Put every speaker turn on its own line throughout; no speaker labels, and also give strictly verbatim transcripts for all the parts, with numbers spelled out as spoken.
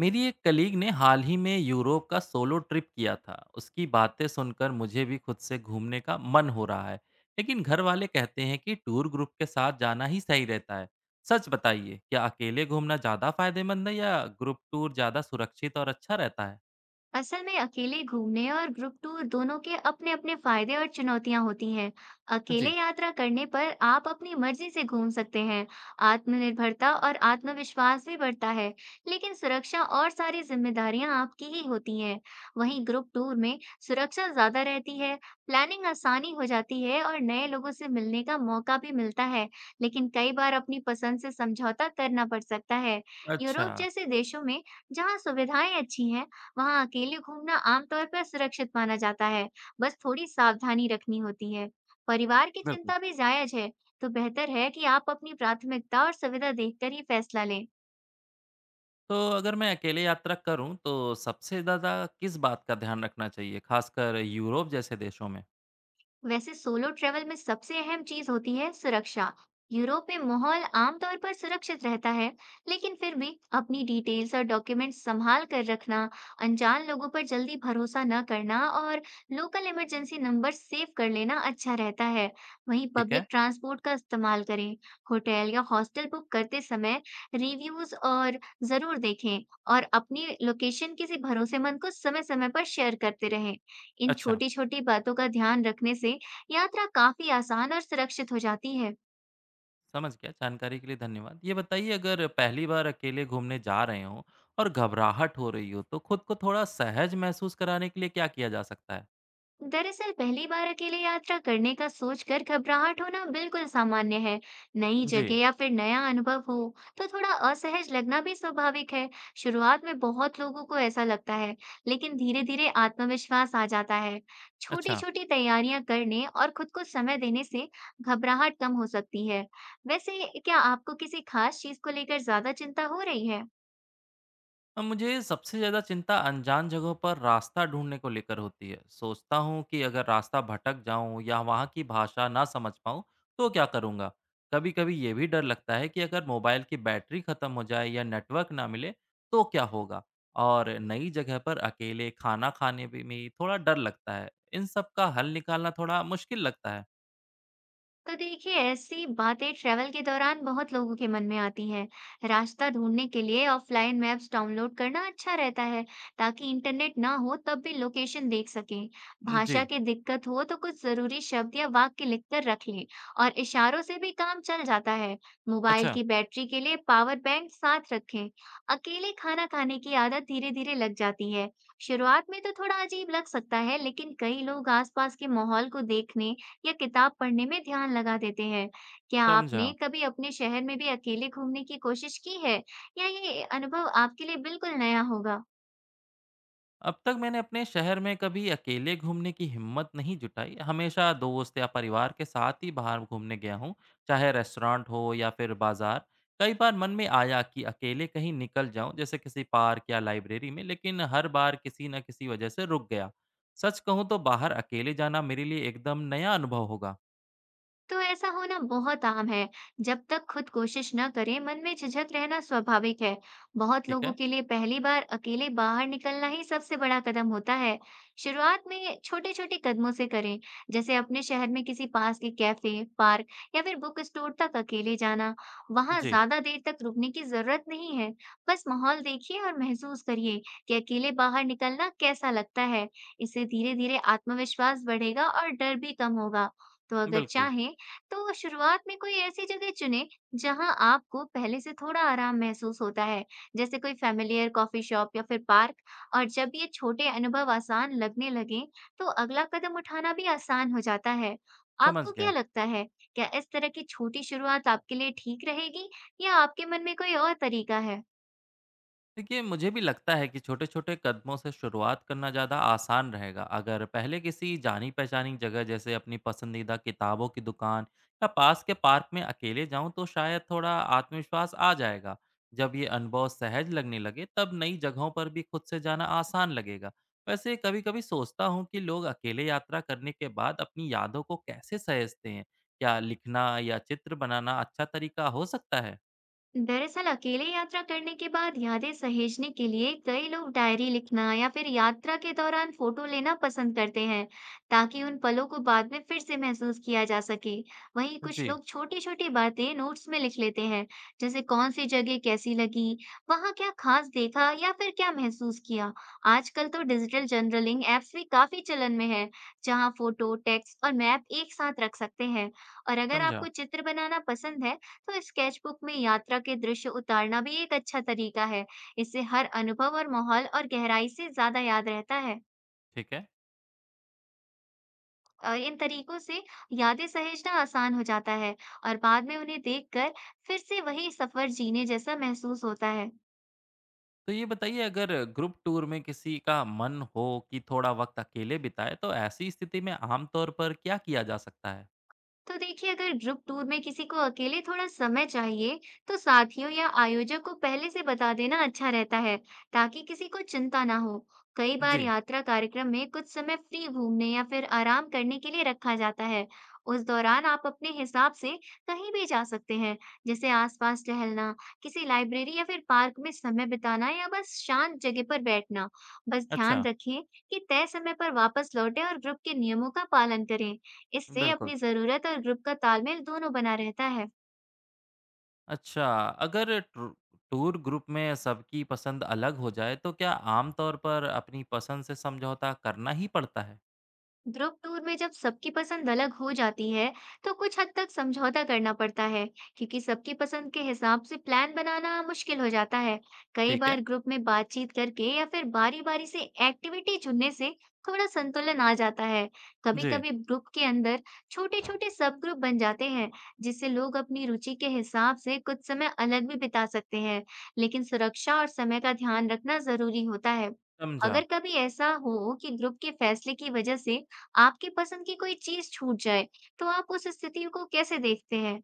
मेरी एक कलीग ने हाल ही में यूरोप का सोलो ट्रिप किया था। उसकी बातें सुनकर मुझे भी खुद से घूमने का मन हो रहा है। लेकिन घर वाले कहते हैं कि टूर ग्रुप के साथ जाना ही सही रहता है। सच बताइए, क्या अकेले घूमना ज़्यादा फायदेमंद है या ग्रुप टूर ज़्यादा सुरक्षित और अच्छा रहता है?
असल में अकेले घूमने और ग्रुप टूर दोनों के अपने अपने फायदे और चुनौतियां होती हैं। अकेले
जी।
यात्रा करने पर आप अपनी मर्जी से घूम सकते हैं। आत्मनिर्भरता और आत्मविश्वास भी बढ़ता है, लेकिन सुरक्षा और सारी जिम्मेदारियां आपकी ही होती हैं। वहीं ग्रुप टूर में सुरक्षा ज्यादा रहती है, प्लानिंग आसानी हो जाती है और नए लोगों से मिलने का मौका भी मिलता है, लेकिन कई बार अपनी पसंद से समझौता करना पड़ सकता है।
अच्छा।
यूरोप जैसे देशों में जहाँ सुविधाएं अच्छी हैं, वहाँ अकेले घूमना आमतौर पर सुरक्षित माना जाता है, बस थोड़ी सावधानी रखनी होती है। परिवार की
बिल्कुल।
चिंता भी जायज़ है, तो बेहतर है कि आप अपनी प्राथमिकता और सुविधा देखकर ही फैसला लें।
तो अगर मैं अकेले यात्रा करूं तो सबसे ज़्यादा किस बात का ध्यान रखना चाहिए, खासकर यूरोप जैसे देशों में?
वैसे सोलो ट्रैवल में सबसे अहम चीज होती है सुरक्षा। यूरोप में माहौल आमतौर पर सुरक्षित रहता है, लेकिन फिर भी अपनी डिटेल्स और डॉक्यूमेंट्स संभाल कर रखना, अनजान लोगों पर जल्दी भरोसा न करना और लोकल इमरजेंसी नंबर सेव कर लेना अच्छा रहता है। वहीं
ठीक
पब्लिक
है।
ट्रांसपोर्ट का इस्तेमाल करें। होटल या हॉस्टल बुक करते समय रिव्यूज और जरूर देखें और अपनी लोकेशन किसी भरोसेमंद को समय-समय पर शेयर करते रहें। इन
अच्छा।
छोटी-छोटी बातों का ध्यान रखने से यात्रा काफी आसान और सुरक्षित हो जाती है।
समझ गया, जानकारी के लिए धन्यवाद। ये बताइए, अगर पहली बार अकेले घूमने जा रहे हों और घबराहट हो रही हो, तो खुद को थोड़ा सहज महसूस कराने के लिए क्या किया जा सकता है?
दरअसल पहली बार अकेले यात्रा करने का सोचकर घबराहट होना बिल्कुल सामान्य है। नई जगह
जी।
या फिर नया अनुभव हो तो थोड़ा असहज लगना भी स्वाभाविक है। शुरुआत में बहुत लोगों को ऐसा लगता है, लेकिन धीरे-धीरे आत्मविश्वास आ जाता है।
अच्छा।
छोटी-छोटी तैयारियां करने और खुद को समय देने से घबराहट कम हो सकती है। वैसे क्या आपको किसी खास चीज को लेकर ज्यादा चिंता हो रही है?
अब मुझे सबसे ज़्यादा चिंता अनजान जगहों पर रास्ता ढूंढने को लेकर होती है। सोचता हूँ कि अगर रास्ता भटक जाऊँ या वहाँ की भाषा ना समझ पाऊँ, तो क्या करूँगा? कभी-कभी ये भी डर लगता है कि अगर मोबाइल की बैटरी ख़त्म हो जाए या नेटवर्क ना मिले, तो क्या होगा? और नई जगह पर अकेले खाना खाने भी में थोड़ा डर लगता है। इन सब का हल निकालना थोड़ा मुश्किल लगता है।
तो देखिए ऐसी बातें ट्रैवल के दौरान बहुत लोगों के मन में आती हैं। रास्ता ढूंढने के लिए ऑफलाइन मैप्स डाउनलोड करना अच्छा रहता है, ताकि इंटरनेट ना हो तब भी लोकेशन देख सकें। भाषा
जी।
की दिक्कत हो तो कुछ जरूरी शब्द या वाक्य लिखकर रख लें और इशारों से भी काम चल जाता है। मोबाइल
अच्छा।
की बैटरी के लिए पावर बैंक साथ रखें। अकेले खाना खाने की आदत धीरे-धीरे लग जाती है। शुरुआत में तो थोड़ा अजीब लग सकता है, लेकिन कई लोग आसपास के माहौल को देखने या किताब पढ़ने में ध्यान लगा देते हैं। क्या
समझा।
आपने कभी अपने शहर में भी अकेले घूमने की कोशिश की है या ये अनुभव आपके लिए बिल्कुल नया होगा?
अब तक मैंने अपने शहर में कभी अकेले घूमने की हिम्मत नहीं जुटाई। हमेशा दोस्त या परिवार के साथ ही बाहर घूमने गया हूँ, चाहे रेस्टोरेंट हो या फिर बाजार। कई बार मन में आया कि अकेले कहीं निकल जाऊं, जैसे किसी पार्क या लाइब्रेरी में, लेकिन हर बार किसी न किसी वजह से रुक गया। सच कहूँ तो बाहर अकेले जाना मेरे लिए एकदम नया अनुभव होगा।
तो ऐसा होना बहुत आम है। जब तक खुद कोशिश न करें मन में झिझक रहना स्वाभाविक है। बहुत
ठीक
लोगों
है।
के लिए पहली बार अकेले बाहर निकलना ही सबसे बड़ा कदम होता है। शुरुआत में छोटे छोटे कदमों से करें, जैसे अपने शहर में किसी पास के कैफे, पार्क या फिर बुक स्टोर तक अकेले जाना। वहां
जी।
ज्यादा देर तक रुकने की जरूरत नहीं है। बस माहौल देखिए और महसूस करिए कि अकेले बाहर निकलना कैसा लगता है। इससे धीरे धीरे आत्मविश्वास बढ़ेगा और डर भी कम होगा। तो अगर
बिल्कुल।
चाहें तो शुरुआत में कोई ऐसी जगह चुनें जहाँ आपको पहले से थोड़ा आराम महसूस होता है, जैसे कोई फ़ेमिलियर कॉफ़ी शॉप या फिर पार्क। और जब ये छोटे अनुभव आसान लगने लगें, तो अगला कदम उठाना भी आसान हो जाता है।
समझ
आपको क्या
गया।
लगता है, क्या इस तरह की छोटी शुरुआत आपके लिए ठीक रहेगी या आपके मन में कोई और तरीका है?
देखिए, मुझे भी लगता है कि छोटे-छोटे कदमों से शुरुआत करना ज़्यादा आसान रहेगा। अगर पहले किसी जानी-पहचानी जगह, जैसे अपनी पसंदीदा किताबों की दुकान या पास के पार्क में अकेले जाऊँ, तो शायद थोड़ा आत्मविश्वास आ जाएगा। जब ये अनुभव सहज लगने लगे, तब नई जगहों पर भी खुद से जाना आसान लगेगा। वैसे कभी-कभी सोचता हूँ कि लोग अकेले यात्रा करने के बाद अपनी यादों को कैसे सहेजते हैं? क्या लिखना या चित्र बनाना अच्छा तरीका हो सकता है?
दरअसल अकेले यात्रा करने के बाद यादें सहेजने के लिए कई लोग डायरी लिखना या फिर यात्रा के दौरान फोटो लेना पसंद करते हैं, ताकि उन पलों को बाद में फिर से महसूस किया जा सके। वहीं कुछ
जी।
लोग छोटी छोटी बातें नोट्स में लिख लेते हैं, जैसे कौन सी जगह कैसी लगी, वहां क्या खास देखा या फिर क्या महसूस किया। आजकल तो डिजिटल जर्नलिंग एप्स भी काफी चलन में है, जहां फोटो टेक्स्ट और मैप एक साथ रख सकते हैं। और अगर
समझा।
आपको चित्र बनाना पसंद है तो स्केचबुक में यात्रा के दृश्य उतारना भी एक अच्छा तरीका है। इससे हर अनुभव और माहौल और गहराई से ज़्यादा याद रहता है।
ठीक है।
और इन तरीकों से यादें सहेजना आसान हो जाता है और बाद में उन्हें देखकर फिर से वही सफ़र जीने जैसा महसूस होता है।
तो ये बताइए, अगर ग्रुप टूर में किसी का मन हो कि थोड़ा वक्त अकेले बिताए, तो ऐसी स्थिति में आमतौर पर क्या किया जा सकता है?
तो देखिए अगर ग्रुप टूर में किसी को अकेले थोड़ा समय चाहिए तो साथियों या आयोजक को पहले से बता देना अच्छा रहता है, ताकि किसी को चिंता ना हो। कई बार
जी।
यात्रा कार्यक्रम में कुछ समय फ्री घूमने या फिर आराम करने के लिए रखा जाता है। उस दौरान आप अपने हिसाब से कहीं भी जा सकते हैं, जैसे आसपास टहलना, किसी लाइब्रेरी या फिर पार्क में समय बिताना या बस शांत जगह पर बैठना। बस ध्यान
अच्छा।
रखें कि तय समय पर वापस लौटें और ग्रुप के नियमों का पालन करें। इससे
बिल्कुल।
अपनी ज़रूरत और ग्रुप का तालमेल दोनों बना रहता है।
अच्छा, अगर ट्रू टूर ग्रुप में सबकी पसंद अलग हो जाए, तो क्या आमतौर पर अपनी पसंद से समझौता करना ही पड़ता है?
ग्रुप टूर में जब सबकी पसंद अलग हो जाती है, तो कुछ हद तक समझौता करना पड़ता है, क्योंकि सबकी पसंद के हिसाब से प्लान बनाना मुश्किल हो जाता है। कई
ठीक
बार
है।
ग्रुप में बातचीत करके या फिर बारी-बारी से एक्टिविटी चुनने से थोड़ा संतुलन आ जाता है।
जी।
कभी-कभी ग्रुप के अंदर छोटे-छोटे सब ग्रुप बन जाते हैं, जिससे लोग अपनी रुचि के हिसाब से कुछ समय अलग भी बिता सकते हैं, लेकिन सुरक्षा और समय का ध्यान रखना जरूरी होता है।
समझा।
अगर कभी ऐसा हो कि ग्रुप के फैसले की वजह से आपकी पसंद की कोई चीज़ छूट जाए, तो आप उस स्थिति को कैसे देखते हैं?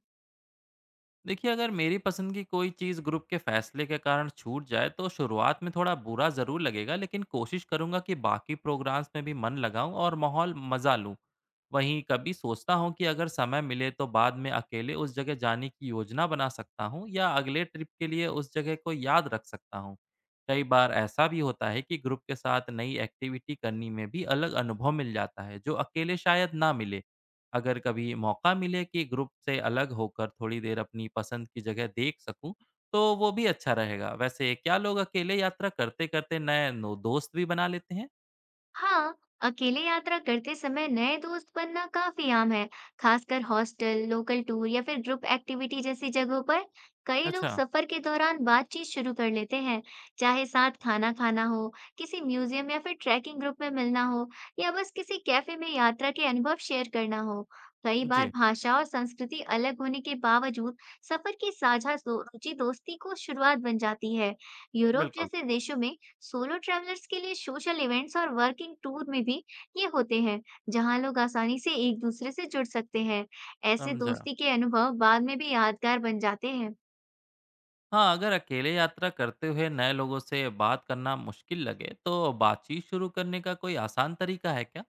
देखिए, अगर मेरी पसंद की कोई चीज़ ग्रुप के फैसले के कारण छूट जाए तो शुरुआत में थोड़ा बुरा ज़रूर लगेगा, लेकिन कोशिश करूंगा कि बाकी प्रोग्राम्स में भी मन लगाऊं और माहौल मज़ा लूं। वहीं कभी सोचता हूं कि अगर समय मिले तो बाद में अकेले उस जगह जाने की योजना बना सकता हूं, या अगले ट्रिप के लिए उस जगह को याद रख सकता हूं। कई बार ऐसा भी होता है कि ग्रुप के साथ नई एक्टिविटी करने में भी अलग अनुभव मिल जाता है, जो अकेले शायद ना मिले। अगर कभी मौका मिले कि ग्रुप से अलग होकर थोड़ी देर अपनी पसंद की जगह देख सकूं, तो वो भी अच्छा रहेगा। वैसे, क्या लोग अकेले यात्रा करते-करते नए नो दोस्त भी बना लेते हैं?
हाँ, अकेले यात्रा करते समय नए दोस्त बनना काफी आम है, खासकर हॉस्टल, लोकल टूर या फिर ग्रुप एक्टिविटी जैसी जगहों पर। कई लोग
अच्छा।
सफर के दौरान बातचीत शुरू कर लेते हैं, चाहे साथ खाना खाना हो, किसी म्यूजियम या फिर ट्रैकिंग ग्रुप में मिलना हो, या बस किसी कैफे में यात्रा के अनुभव शेयर करना हो। कई बार
जी।
भाषा और संस्कृति अलग होने के बावजूद सफर की साझा सो- रुचि दोस्ती को शुरुआत बन जाती है। यूरोप
बिल्कुल।
जैसे देशों में सोलो ट्रैवलर्स के लिए सोशल इवेंट्स और वर्किंग टूर में भी ये होते हैं, जहाँ लोग आसानी से एक दूसरे से जुड़ सकते हैं। ऐसे
समझा।
दोस्ती के अनुभव बाद में भी यादगार बन जाते हैं।
हाँ, अगर अकेले यात्रा करते हुए नए लोगों से बात करना मुश्किल लगे, तो बातचीत शुरू करने का कोई आसान तरीका है क्या?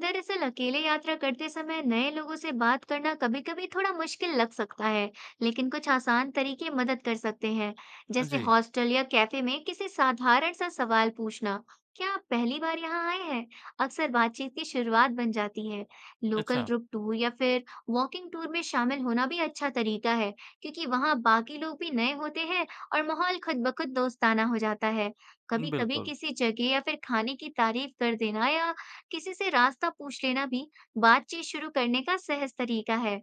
दरअसल अकेले यात्रा करते समय नए लोगों से बात करना कभी-कभी थोड़ा मुश्किल लग सकता है, लेकिन कुछ आसान तरीके मदद कर सकते हैं, जैसे
जी।
हॉस्टल या कैफे में किसी साधारण सा सवाल पूछना। क्या आप पहली बार यहाँ आए हैं? अक्सर बातचीत की शुरुआत बन जाती है। लोकल
अच्छा।
ग्रुप टूर या फिर वॉकिंग टूर में शामिल होना भी अच्छा तरीका है, क्योंकि वहाँ बाकी लोग भी नए होते हैं और माहौल खुद ब खुद दोस्ताना हो जाता है। कभी-कभी
बिल्कुल।
किसी जगह या फिर खाने की तारीफ कर देना या किसी से रास्ता पूछ लेना भी बातचीत शुरू करने का सहज तरीका है।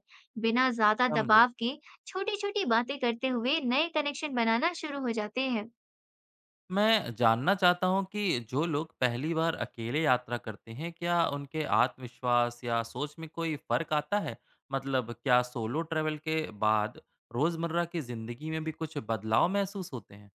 बिना ज़्यादा
समझा।
दबाव के छोटी-छोटी बातें करते हुए नए कनेक्शन बनाना शुरू हो जाते हैं।
मैं जानना चाहता हूँ कि जो लोग पहली बार अकेले यात्रा करते हैं, क्या उनके आत्मविश्वास या सोच में कोई फर्क आता है? मतलब, क्या सोलो ट्रैवल के बाद रोज़मर्रा की ज़िंदगी में भी कुछ बदलाव महसूस होते हैं?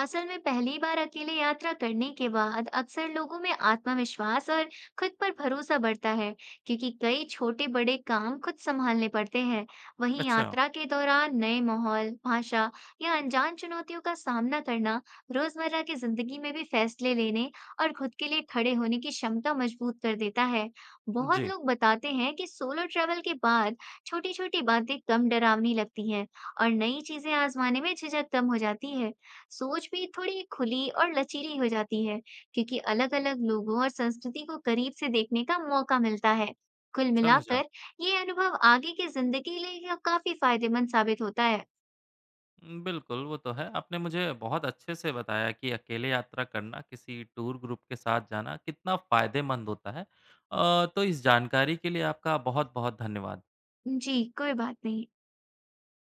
असल में पहली बार अकेले यात्रा करने के बाद अक्सर लोगों में आत्मविश्वास और खुद पर भरोसा बढ़ता है, क्योंकि कई छोटे बड़े काम खुद संभालने पड़ते हैं। वहीं
अच्छा।
यात्रा के दौरान नए माहौल, भाषा या अनजान चुनौतियों का सामना करना रोजमर्रा की जिंदगी में भी फैसले लेने और खुद के लिए खड़े होने की क्षमता मजबूत कर देता है। बहुत
जी।
लोग बताते हैं कि सोलो ट्रैवल के बाद छोटी छोटी बातें कम डरावनी लगती हैं और नई चीजें आजमाने में झिझक कम हो जाती है। सोच भी थोड़ी खुली और लचीली हो जाती है क्योंकि अलग-अलग लोगों और संस्कृति को करीब से देखने का मौका मिलता है। कुल
समझा।
मिलाकर ये अनुभव आगे की जिंदगी के लिए काफी फायदेमंद साबित होता है।
उम, बिल्कुल, वो तो है। आपने मुझे बहुत अच्छे से बताया कि अकेले यात्रा करना, किसी टूर ग्रुप के साथ जाना कितना फ़ायदेमंद होता है। अ, तो इस जानकारी के लिए आपका बहुत-बहुत धन्यवाद।
जी, कोई बात नहीं।